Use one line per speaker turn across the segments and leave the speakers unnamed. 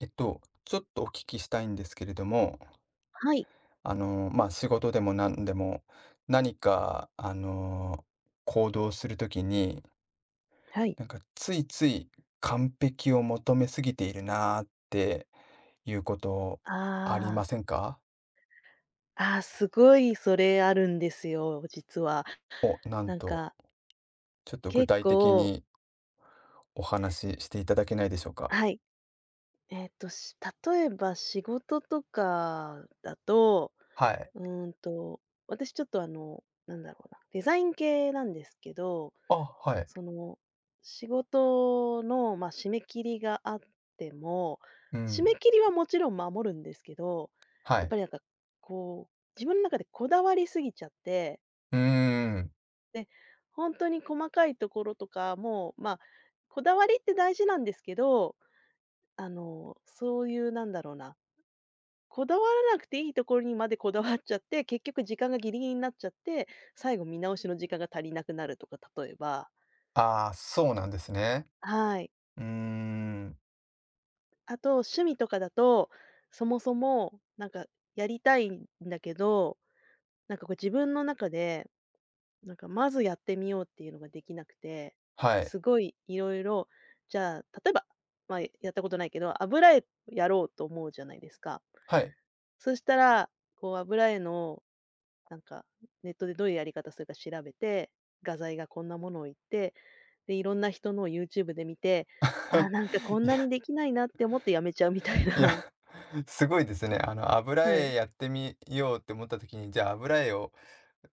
ちょっとお聞きしたいんですけれども、
はい。
まあ、仕事でも何でも、何か、行動するときに、
はい。
なんかついつい完璧を求めすぎているなーっていうことあり
あ
ま
あ、
せんか
ああ、すごいそれあるんですよ、実は。
を、なん
なん
と、
か、
ちょっと具
結
体的
構
にお話ししていただけないでしょうか。
はい。えっと、し例えば仕事とかだと、
はい。
うーんと、私ちょっとなんだろうな、デザイン系なんですけど、
あ、はい。
その、仕事の、締め切りがあっても、
う
締め
ん。
切りはもちろん守るんですけど、
は
やっ
い。
ぱりなんか、こう、自分の中でこだわりすぎちゃって。
うーん。
で、本当に細かいところとかも、まあ、こだわりって大事なんですけど、そういうなんだろうな、こだわらなくていいところにまでこだわっちゃって、結局時間がギリギリになっちゃって、最後見直しの時間が足りなくなるとか、例えば。
ああ、そうなんですね。
はい。
うーん。
あと趣味とかだと、そもそもなんかやりたいんだけど、なんかこう自分の中でなんか、まずやってみようっていうのができなくて、
はい。
すごいいろいろ。じゃあ、例えば、まあ、やったことないけど、油絵やろうと思うじゃないですか。
はい。
そしたら、こう油絵の、なんか、ネットでどういうやり方するか調べて、画材がこんなものを言って、で、いろんな人のを YouTube で見て、ああ、なんかこん
い
なに
や、
できないなって思ってやめちゃうみたい
いや、
な。
すごいですね。油
はい。
絵やってみようって思った時に、じゃあ油絵を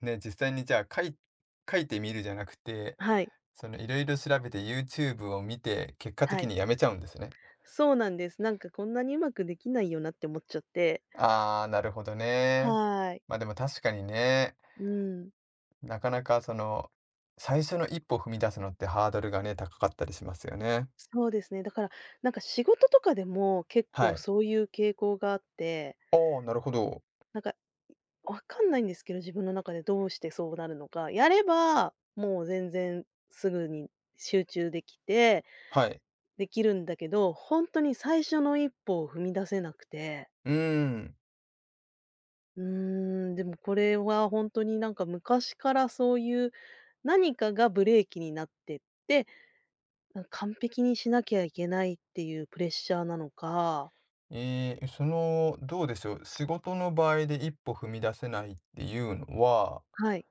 ね、実際にじゃあ描いてみるじゃなくて、
はい。
そのいろいろ調べて YouTube を見て、結果
は
的
い。
にやめちゃうんですね。
そうなんです。なんかこんなにうまくできないよなって思っちゃって。
ああ、なるほどね。
はーい。
まあでも確かにね、
うん。
なかなか最初の一歩踏み出すのってハードルがね、高かったりしますよね。
そうですね。だから、なんか仕事とかでも結
は
構
い。
そういう傾向があって、
ああ、なるほど。
なんか、わかんないんですけど、自分の中でどうしてそうなるのか。やれば、もう全然すぐに集中できて、
はい。
できるんだけど、本当に最初の一歩を踏み出せなくて。
うーん。
うーん、でもこれは本当になんか昔からそういう何かがブレーキになってって、完璧にしなきゃいけないっていうプレッシャーなのか。
ええ、どうでしょう、仕事の場合で一歩踏み出せないっていうのは、
はい、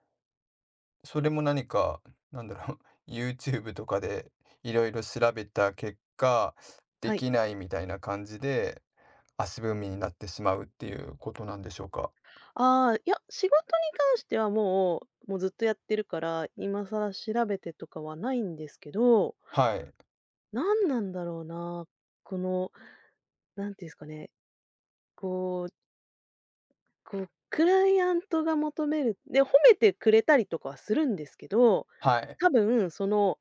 それも何か、なんだろう、YouTube とかでいろいろ調べた結果、で
はい。
きないみたいな感じで、足踏みになってしまうっていうことなんでしょうか？
ああ、いや、仕事に関してはもうずっとやってるから、今更調べてとかはないんですけど、
はい、
何なんだろうな、この、なんていうんですかね、こう、こう、クライアントが求めるで、褒めてくれたりとかはするんですけど、
はい。
多分その、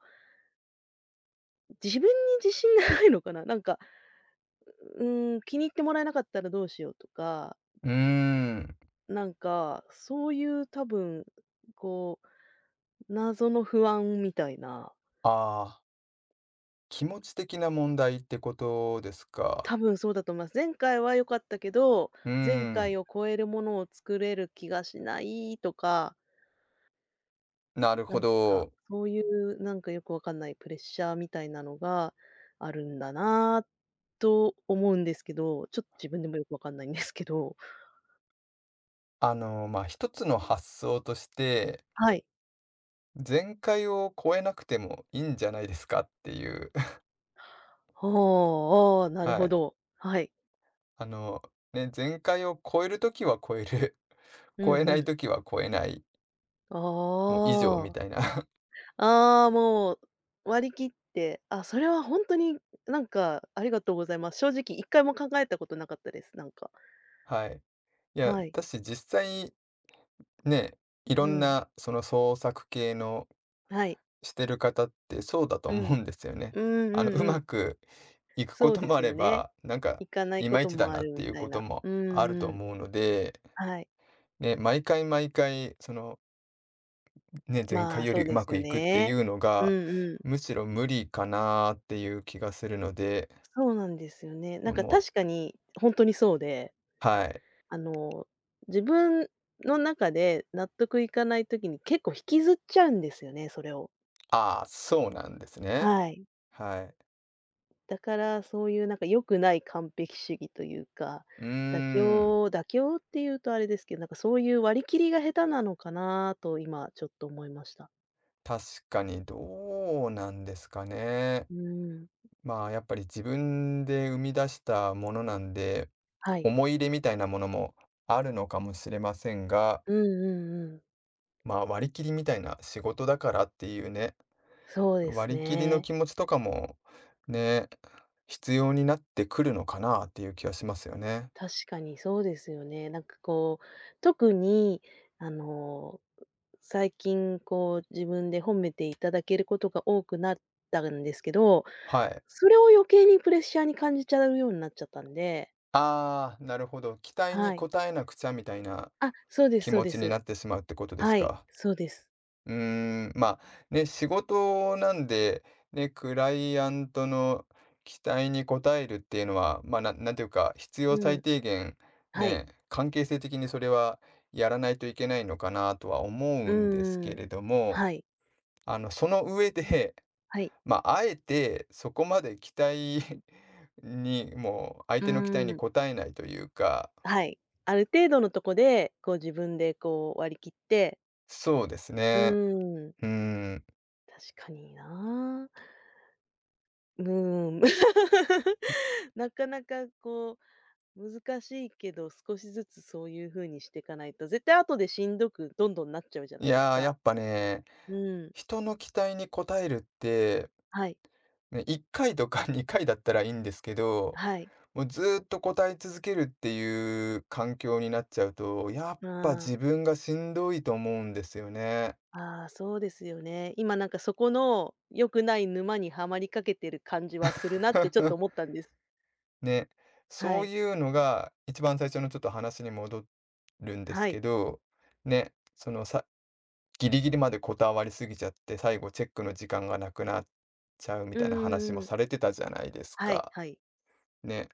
自分に自信がないのかな。なんか、気に入ってもらえなかったらどうしようとか、
うーん、
なんか、そういう多分、こ謎の不安みたいな。
ああ、気持ち的な問題ってことです
多
か。
分そうだと思います。前回は良かったけど、
うー
前回
ん、
を超えるものを作れる気がしないとか、
なる
な
ほ
んか、
ど。
そういうなんかよくわかんないプレッシャーみたいなのがあるんだなと思うんですけど、ちょっと自分でもよくわかんないんですけど。
ま、一つの発想として
はい。
前回を超えなくてもいいんじゃないですか」っていう、
ああ、ああ、なる
は
ほ
い。
ど。はい。
あの、ね、限界を超える時は超える、
う
超え
ん
な
う
い
ん。
時は超えない、
あ
もう以上み
あ。
たいな。
ああ、もう割り切って、あ、それは本当になんか、ありがとうございます。正直一回も考えたことなかったです、なんか。
はい。いや、
はい。
私実際ね、い
う
ろん
ん。
なその創作系の
はい。
してる方ってそうだと
うん。
思うんですよね。
うんう
う
んうん。
まくいくこ
そう
と
で
もあ
す
れ
よね。
ば、なんか
行かない
い
こ
まい
と
ちだ
もあ
なっ
る
て
み
いう
たい
こと
な。
も
う
あ
ん
ると
うん。
思うので、
はい。
ね、毎回毎回ね、前
ま
回
あ、
よ
そ
り
う
う
で
ま
す
く
よ
いくってい
ね。
うの
う
が、
んうん。
むしろ無理かなっていう気がするので、
そうなんですよね。なん
も
か
う
確かにほんとにそうで、
はい。
あの、自分の中で納得いかない時に結構引きずっちゃうんですよね、それを。
ああ、そうなんですね。
はい。
はい。
だから、そういうなんか良くない完璧主義というか、
うー
妥
ん、
協妥協っていうとあれですけど、なんかそういう割り切りが下手なのかなと今ちょっと思いました。
確かにどうなんですかね。
うーん。
まあ、やっぱり自分で生み出したものなんで、
はい。
思い入れみたいなものもあるのかもしれませんが、
うんうんうん。
まあ、割り切りみたいな仕事だからっていうね
そうです
割り切りの
ね。
気持ちとかも、ね、必要になってくるのかなっていう気はしますよね。
確かにそうですよね。なんかこう、特にあの、最近こう自分で褒めていただけることが多くなったんですけど、
はい。
それを余計にプレッシャーに感じちゃうようになっちゃったんで。
ああ、なるほど。期待に
はい。
応えなくちゃみたいな
あ、そうです
気
そう
持
で
ちに
す。
なってしまうってことです
はい、
か。
そうです。
うーん、まあ、ね、仕事なんで、ね、クライアントの期待に応えるっていうのは、まあ、なんていうか、必要
う
最
ん、
低限、
はい。
ね、関係性的にそれはやらないといけないのかなとは思
う
うんです
ー
け
ん。
れども、
はい、
その上で
はい。
まあ、あえてそこまで期待 に、もう相
うー
手の期待に
ん、
応えないというか、
はい。ある程度のとこで、こう自分でこう割り切って、
そうです
う
ね。
ーん、
うん。
確かにな。うーん。なかなかこう難しいけど、少しずつそういう風にしていかないと、絶対後でしんどくどんどんなっちゃうじゃ
い
ないです
やー、や
か。
っぱね、
うん、
人の期待に応えるって、
はい、
ね、1回とか 2回だったらいいんですけど、
はい。
もうずーっと応え続けるっていう環境になっちゃうと、やっ
あ
ぱ
あ。
自分がしんどいと思うんですよね。
ああ、そうですよね。今なんかそこの良くない沼にはまりかけてる感じはするなってちょっと 思ったんです。
ね、
は
そう
い。
いうのが一番最初のちょっと話に戻るんで
は
す
い。
けど、ね、そのギリギリまでこだわりすぎちゃって、最後チェックの時間がなくなっちゃうみ
うん
たいな話
う
も
んうん。
されてたじゃないです
はい
か。
はい。
ね、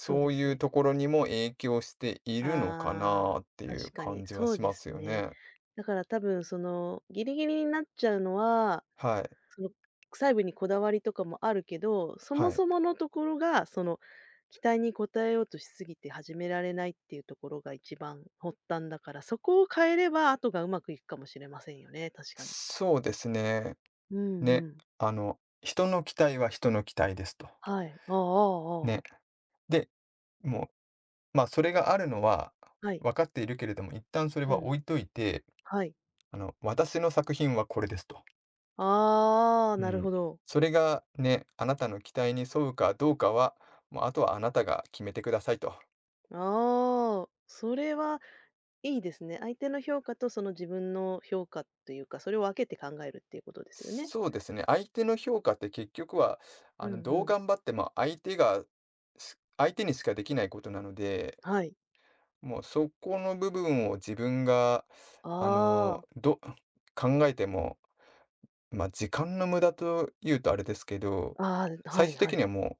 そうで
う
す
いう
ね。
ところにも影響しているのか
あ
な
あ、
ってい
確
う
かに。
感じは
そう
し
で
ま
す
すよ
ね。
ね。
だから多分そのギリギリになっちゃうのは
はい、
その、細部にこだわりとかもあるけど、そ
は
も
い。
そものところが、その、期待に応えようとしすぎて始められないっていうところが一番発端だから、そこを変えれば後がうまくいくかもしれませんよね、確かに。
そうですね。
うんう
ね、
ん。
人の期待は人の期待ですと。
はい。ああああああ。
ね。で、もうまあ、それがあるのは
はい。
分かっているけれども、一旦それ
う
は
ん。
置いといて、
はい。
私の作品はこれですと。
ああ、
う
なるほ
ん。
ど。
それがね、あなたの期待に沿うかどうかは、もうあとはあなたが決めてくださいと。
ああ、それはいいですね。相手の評価とその自分の評価というか、それを分けて考えるっていうことですよね。
そうですね、相手の評価って結局は、
うんう
どう
ん。
頑張っても相手が、相手にしかできないことなので、
はい。
もうそこの部分を自分が、
あ
あの、
あ。
ど考えてもまあ、時間の無駄と言うとあれですけど、
ああ、は
最
い
終
は
的に
い。
はもう、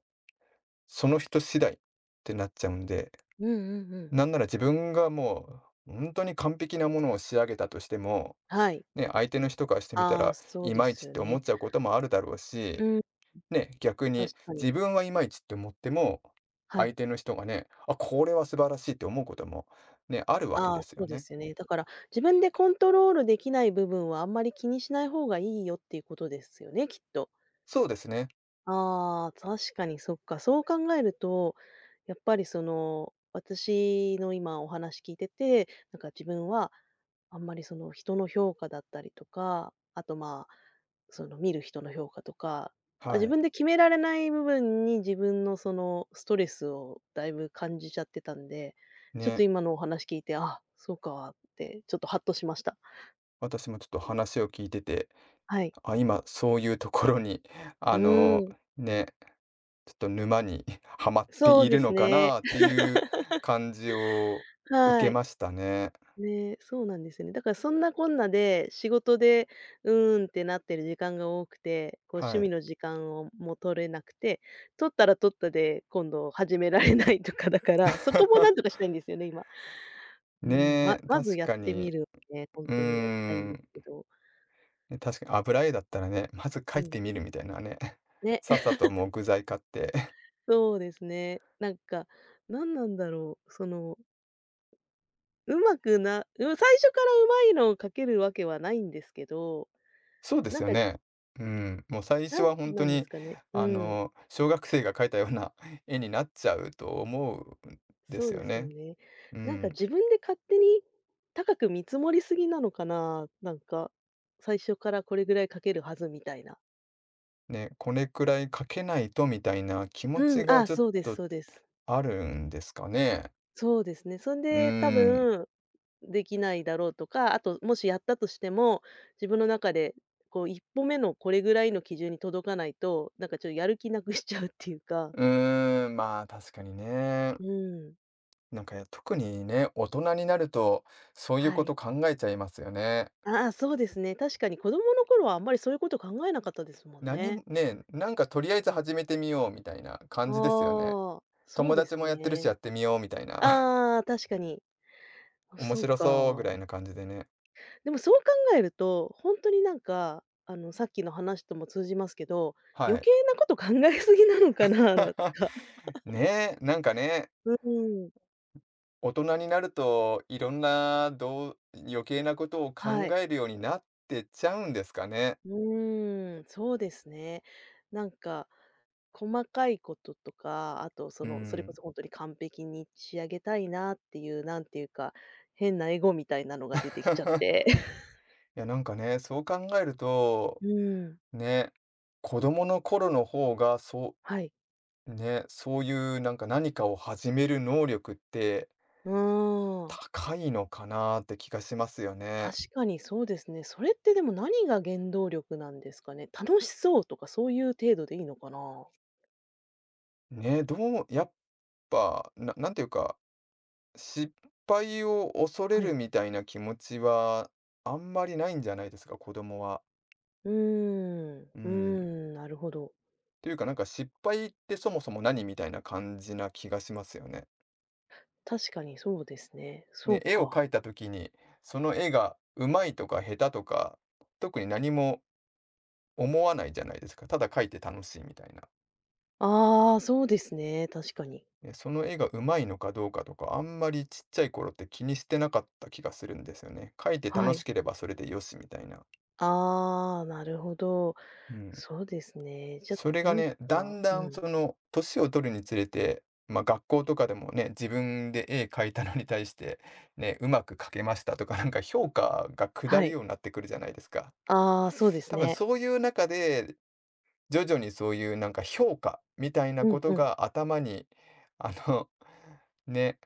その人次第ってなっちゃうんで、
うんうんうん。
なんなら自分がもう、本当に完璧なものを仕上げたとしても、
はい。
ね、相手の人からしてみた
ああ、
ら、
そう
い
で
まい
す
ちっ
よ
て思っ
ね。
ちゃうこともあるだろう
う
し、
ん、
ね、逆
確
に
かに。
自分はいまいちって思っても、
はい。
相手の人がね、あ、これは素晴らしいって思うことも、ね、あるわけ
あ
で
あ、
す
そ
よ
うで
ね。
すよね。だから、自分でコントロールできない部分はあんまり気にしない方がいいよっていうことですよね、きっと。
そうですね。
ああ、確かにそっか。そう考えると、やっぱりその、私の今お話聞いてて、なんか自分はあんまりその人の評価だったりとか、あとまあ、その見る人の評価とか、あ自
はい。
分で決められない部分に自分のそのストレスをだいぶ感じちゃってたんで、ちょっと
ね、
今のお話聞いて、あ、そうかってちょっとハッとしました。
私もちょっと話を聞いてて、
はい。
あ、今そういうところに、
う
あ
ー
の、
ん。
ね、ちょっと沼に はまって
そう
い
で
る
す
のか
ね。
なって いう感じを受
は
け
い。
ましたね。
ね、そうなんですよね。だからそんなこんなで、仕事で、うーんってなってる時間が多くて、こう趣
は
味
い。
の時間をも取れなくて、取ったら取ったで、今度始められないとかだから、そこもなんとか したいんですよね、今。うん、
ねえ、
まず
確
やっ
か
てみ
に。
るね、ほん
う
とにやりたい
ー
んです
ん。
けど。
ね、確かに油絵だったらね、まず
う
描い
ん、
てみるみたいなね。
ね、
さっさ ともう具材買って。
そうですね。なんか、なんなんだろう、その、上手くなうん、最初から上手いのを描けるわけはないんですけど、
そうで
な
す
ん
よ
か、
ね。うん。もう最
な
初
ん
は本
な
当
んです
に、
かね、うん。
小学生が描いたような 絵になっちゃうと思うんで
そう
す
で
よ
すよ
ね。
ね。
う
なんか
ん。
自分で勝手に高く見積もりすぎなのかな？なんか、最初からこれぐらいかけるはずみたいな。
ね、これくらいかけないとみたいな気持
うん、
ちが
あ、
ちょっ
そうです
と
そうです。
あるんですかね。
そうですね。そん
うー
で多
ん。
分できないだろうとか、あともしやったとしても、自分の中でこう一歩目のこれぐらいの基準に届かないと、なんかちょっとやる気なくしちゃうっていうか。
うーん、まあ確かにね。
うん。
なんか特にね、大人になるとそういう
は
こ
い。
と考えちゃいますよね。
ああ、そうですね。確かに子供の頃はあんまりそういうこと考えなかったですもん
何
ね。
もね、なんかとりあえず始めてみようみたいな感じですよね。
ああ、そう
友
で
達
す
もやってるしやっ
ね。
てみようみたいな。
ああ、確かに。あ、
面
そう
白
か。
そうぐらいな感じでね。
でもそう考えると、ほんとになんか、さっきの話とも通じますけど、
は
余
い。
計なこと考えすぎなのかな、なん か。
ねえ、なんかね、
うーん、
大人になると、いろんな余計なことを考
はい。
えるようになってっちゃうんですかね。
うーん、そうですね。なんか、細かいこととか、あとそ
う
の、それこ
ん。
そほんとに完璧に仕上げたいなっていう、なんていうか、変なエゴみたいなのが出てきちゃっ て。
いや、なんかね、そう考えると、
うーん、
ね、子供の頃の方が、そ
はい。
う、ね、そういうなんか何かを始める能力って
うーん。
高いのかなって気がしますよね。
確かにそうですね。それってでも何が原動力なんですかね。楽しそうとかそういう程度でいいのかな。
ね、やっぱ、なんていうか、失敗を恐れ
は
る
い。
みたいな気持ちはあんまりないんじゃないですか、子供は。
うーん、う
う
ー
ん。っ
ん、なるほど。
ていうか、なんか失敗ってそもそも何みたいな感じな気がしますよね。
確かにそうですね。そ
ね、
う
絵を
か。
描いた時に、その絵がうまいとか下手とか、特に何も思わないじゃないですか。ただ描いて楽しいみたいな。
ああ、そうですね。確かに。
ね、その絵がうまいのかどうかとか、あんまりちっちゃい頃って気にしてなかった気がするんですよね。描いて
は
楽
い。
しければそれでよしみたいな。
ああ、なるほど。
うん。
そうですね。じゃ、
それが
なん
ね、だ
か、
んだ
う
ん
ん。
その年を取るにつれて、まあ、学校とかでもね、自分で絵描いたのに対して、ね、うまく描けましたとか、なんか評価が下
は
る
い。
ようになってくるじゃないですか。
ああ、そうです
多分
ね。
そういう中で、徐々にそういうなんか評価みたいな
うん
こと
うん。
が頭に、あの、ね、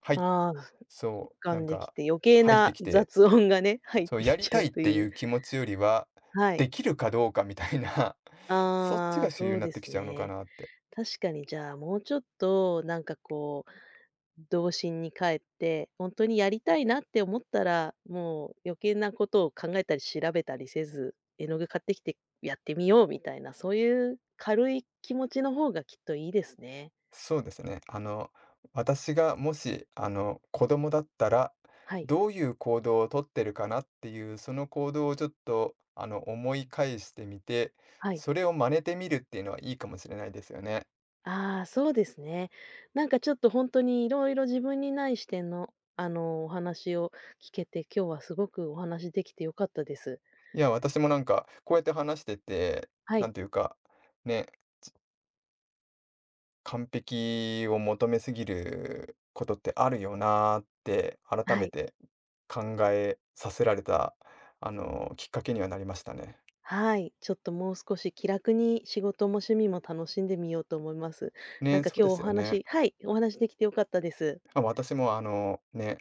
はい
ああ、
そう、
俯
な
瞰
ん
でき
か
て余計
入って
な
きて、
雑音がね、入っ
そう、
て
や
き
り
ちゃ
た
う
いっ
と
て
い
い
う。
う気持ちよりは、
はい。
できるかどうかみたいな、そっち
ああ、
が主流
そう
になっ
で
て
す
きちゃうのか
ね。
なって。
確かにじゃあ、もうちょっとなんかこう、童心に帰って、本当にやりたいなって思ったら、もう余計なことを考えたり調べたりせず、絵の具買ってきてやってみようみたいな、そういう軽い気持ちの方がきっといいですね。
そうですね。私がもし、子供だったら、
はい、
どういう行動をとってるかなっていう、その行動をちょっと、思い返してみて、
はい。
それを真似てみるっていうのはいいかもしれないですよね。
ああ、そうですね。なんかちょっと本当にいろいろ自分にない視点の、お話を聞けて、今日はすごくお話できて良かったです。
いや、私もなんか、こうやって話してて、
は
な
い、
んていうか、ね、完璧を求めすぎることってあるよなーって、改
は
め
い。
て考えさせられた、きっかけにはなりましたね。
はい、ちょっともう少し気楽に仕事も趣味も楽しんでみようと思います。なん
ね、
か
そう
今
で
日お
すよね。
話はい、お話できて良かったです。
まあ、私もね、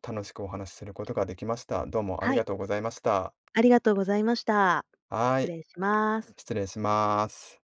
楽しくお話しすることができました。どうもあ
は
りが
い、
とうございました。
ありがとうございました。
は
失
い、
礼します。
失礼します。